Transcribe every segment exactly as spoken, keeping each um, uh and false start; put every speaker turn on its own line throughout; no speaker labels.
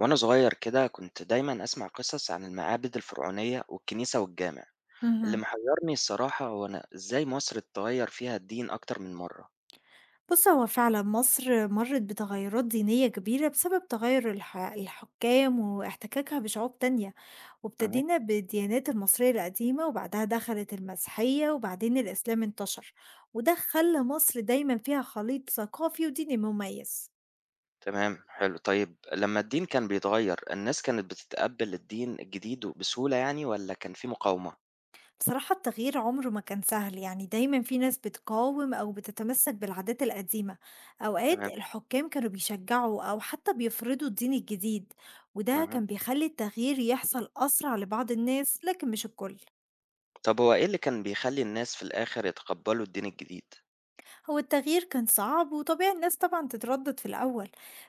وأنا صغير كده كنت دايما أسمع قصص عن المعابد الفرعونية والكنيسة والجامع. اللي
اهم.
محيرني الصراحة هو أنا إزاي مصر اتغير فيها الدين أكتر من مرة؟
بُص، هو فعلًا مصر مرّت بتغيُّرات دينية كبيرة بسبب تغيُّر الح الحُكّام واحتكاكها بشعوب تانية،
مه.
وابتدينا بالديانات المصرية القديمة وبعدها دخلت المسيحية وبعدين الإسلام انتشر، وده خلّى مصر دايمًا فيها خليط ثقافي وديني مميز.
تمام، حلو، طيب، لما الدين كان بيتغير الناس كانت بتتقبل الدين الجديد بسهولة يعني ولا كان في مقاومة؟
بصراحة التغيير عمره ما كان سهل، يعني دايما في ناس بتقاوم أو بتتمسك بالعادات القديمة. أوقات
تمام.
الحكام كانوا بيشجعوا أو حتى بيفرضوا الدين الجديد، وده
مه.
كان بيخلي التغيير يحصل أسرع لبعض الناس لكن مش الكل.
طب هو إيه اللي كان بيخلي الناس في الآخر يتقبلوا الدين الجديد؟
هو التغيير كان صعب، وطبيعي الناس طبعا تتردد في الأول.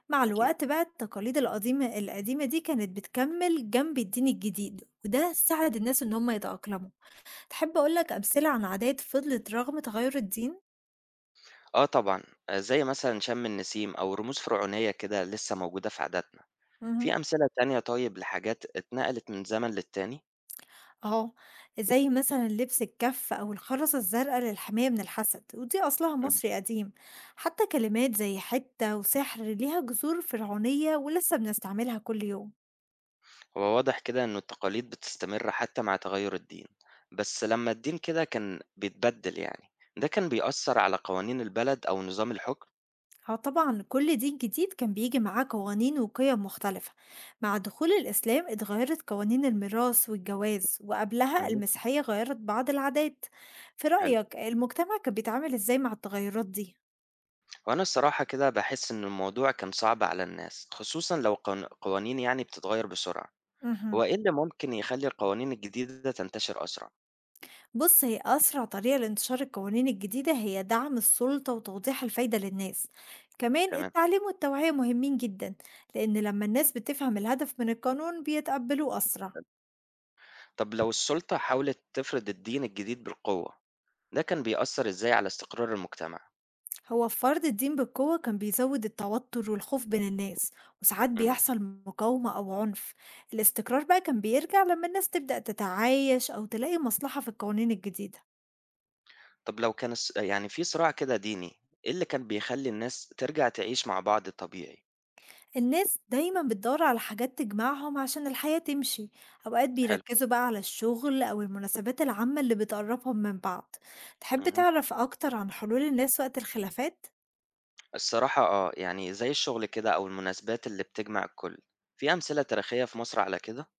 مع
أكيد.
الوقت بقى التقاليد القديمة القديمة دي كانت بتكمل جنب الدين الجديد، وده ساعد الناس إن هم يتأقلموا. تحب أقولك أمثلة عن عادات فضلت رغم تغير الدين؟
آه طبعا. آه، زي مثلا شم النسيم أو رموز فرعونية كده لسه موجودة في عاداتنا.
مهم.
في أمثلة تانية طيب لحاجات اتنقلت من زمن للتاني؟
آه، زي مثلًا لبس الكَف أو الخرزة الزرقا للحماية من الحسد، ودي أصلها
إمم.
مصري قديم، حتى كلمات زي حتّة وسحر ليها جذور فرعونية ولسه بنستعملها كل يوم.
هو واضح كده إنه التقاليد بتستمر حتى مع تغيُّر الدين، بس لمّا الدين كده كان بيتبدِّل يعني، ده كان بيأثّر على قوانين البلد أو نظام الحكم؟
آه طبعًا كل دين جديد كان بيجي معاه قوانين وقيم مختلفة، مع دخول الإسلام اتغيرت قوانين الميراث والجواز، وقبلها
اهم.
المسيحية غيرت بعض العادات. في
حلو.
رأيك المجتمع كان بيتعامل إزاي مع التغيرات دي؟
هو أنا الصراحة كده باحس إن الموضوع كان صعب على الناس، خصوصًا لو قن قوانين يعني بتتغيّر بسرعة. هو
اهم.
إيه اللي ممكن يخلّي القوانين الجديدة تنتشر أسرع؟
بص هي أسرع طريقة لانتشار القوانين الجديدة هي دعم السلطة وتوضيح الفايدة للناس، كمان
تمام.
التعليم والتوعية مهمين جدا، لأن لما الناس بتفهم الهدف من القانون بيتقبلوه أسرع.
طب لو السُلطة حاولت تفرض الدين الجديد بالقوة، ده كان بيأثّر إزاي على استقرار المجتمع؟
هو فرض الدين بالقوة كان بيزود التوتر والخوف بين الناس، وساعات
إمم.
بيحصل مقاومة أو عنف. الاستقرار بقى كان بيرجع لما الناس تبدأ تتعايش أو تلاقي مصلحة في القوانين الجديدة.
طب لو كان الص يعني في صراع كده ديني، إيه اللي كان بيخلّي الناس ترجع تعيش مع بعض طبيعي؟
الناس دايما بتدور على حاجات تجمعهم عشان الحياة تمشي، أوقات
حلو.
بيركزوا بقى على الشغل أو المناسبات العامة اللي بتقربهم من بعض. تحب
اهم.
تعرف أكتر عن حلول الناس وقت الخلافات؟
الصراحة آه، يعني زي الشغل كده أو المناسبات اللي بتجمع الكل. في أمثلة تاريخية في مصر على كده؟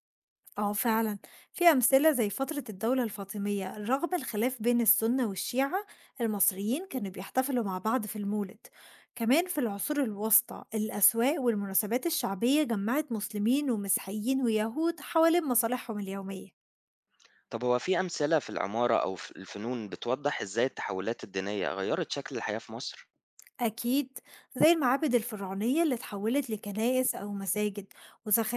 اه فعلا، في أمثلة زي فترة الدولة الفاطمية، رغم الخلاف بين السنة والشيعة المصريين
مم.
كانوا بيحتفلوا مع بعض في المولد. كمان في العصور الوسطى الأسواق والمناسبات الشعبية جمعت مسلمين ومسيحيين ويهود حوالين مصالحهم اليومية.
طب هو في أمثلة في العمارة أو في الفنون بتوضح إزاي التحولات الدينية غيّرت شكل الحياة في مصر؟
أكيد، زي المعابد الفرعونية اللي اتحولت لكنائس أو مساجد،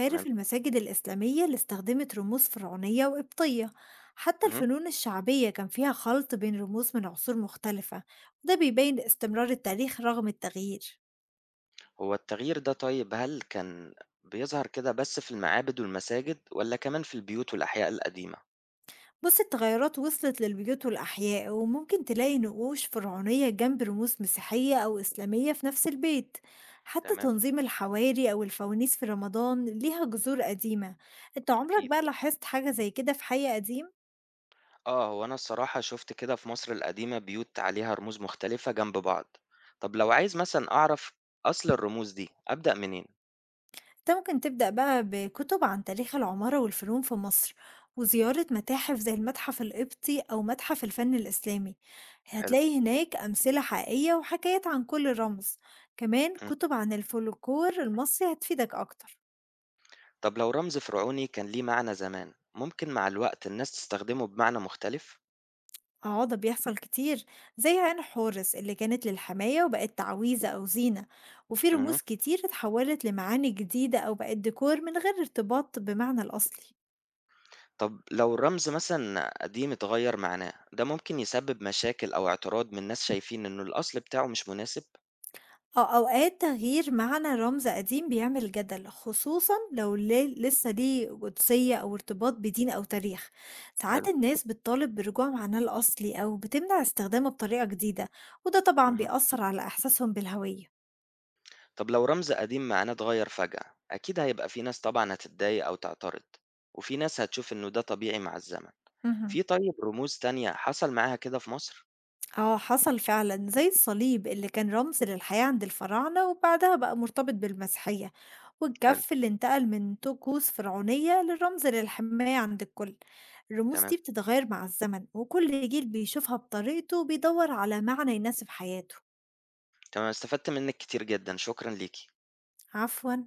تمام،
المساجد الإسلامية اللي استخدمت رموز فرعونية وقبطية. حتى
اهم.
الفنون الشعبية كان فيها خلط بين رموز من عصور مختلفة، وده بيبين استمرار التاريخ رغم التغيير.
هو التغيير ده طيب هل كان بيظهر كده بس في المعابد والمساجد والّا كمان في البيوت والأحياء القديمة؟
بص التغيرات وصلت للبيوت والأحياء، وممكن تلاقي نقوش فرعونية جنب رموز مسيحية أو إسلامية في نفس البيت. حتى
تمام،
تنظيم الحواري أو الفوانيس في رمضان ليها جذور قديمة. انت عمرك
أكيد.
بقى لاحظت حاجة زي كده في حي قديم؟
آه، هو أنا الصراحة شُفت كده في مصر القديمة بيوت عليها رموز مختلفة جنب بعض. طب لو عايز مثلًا أعرف أصل الرموز دي، أبدأ منين؟
أنت ممكن تبدأ بقى بكتب عن تاريخ العمارة والفنون في مصر، وزيارة متاحف زي المتحف القبطي أو متحف الفن الإسلامي.
حلو.
هتلاقي هناك أمثلة حقيقية وحكايات عن كل رمز. كمان
إمم.
كتب عن الفولكلور المصري هتفيدك أكتر.
طب لو رمز فرعوني كان ليه معنى زمان، ممكن مع الوقت الناس تستخدمه بمعنى مختلف؟
اه ده بيحصل كتير، زي عين حورس اللي كانت للحماية وبقت تعويذة أو زينة، وفي
اهم.
رموز كتير اتحولت لمعاني جديدة أو بقت ديكور من غير ارتباط بمعنى الأصلي.
طب لو الرمز مثلًا قديم اتغيّر معناه، ده ممكن يسبب مشاكل أو اعتراض من ناس شايفين إنه الأصل بتاعه مش مناسب؟
آه، أوقات تغيير معنى رمز قديم بيعمل جدل، خصوصا لو ليه- لسه ليه قدسية أو ارتباط بدين أو تاريخ.
حلو.
ساعات الناس بتطالب برجوع معناه الأصلي أو بتمنع استخدامه بطريقة جديدة، وده طبعا
اهم.
بيأثر على إحساسهم بالهوية.
طب لو رمز قديم معناه اتغير فجأة، أكيد هيبقى في ناس طبعا هتتضايق أو تعترض، وفي ناس هتشوف إنه ده طبيعي مع الزمن.
مهم.
في طيب رموز تانية حصل معاها كده في مصر؟
آه حصل فعلا، زي الصليب اللي كان رمز للحياة عند الفراعنة وبعدها بقى مرتبط بالمسيحية،
حلو.
والجف اللي انتقل من طقوس فرعونية للرمز للحماية عند الكل. الرموز
تمام.
دي بتتغير مع الزمن، وكل جيل بيشوفها بطريقته وبيدور على معنى يناسب حياته.
تمام استفدت منك كتير جدا، شكرا ليكي.
عفوا.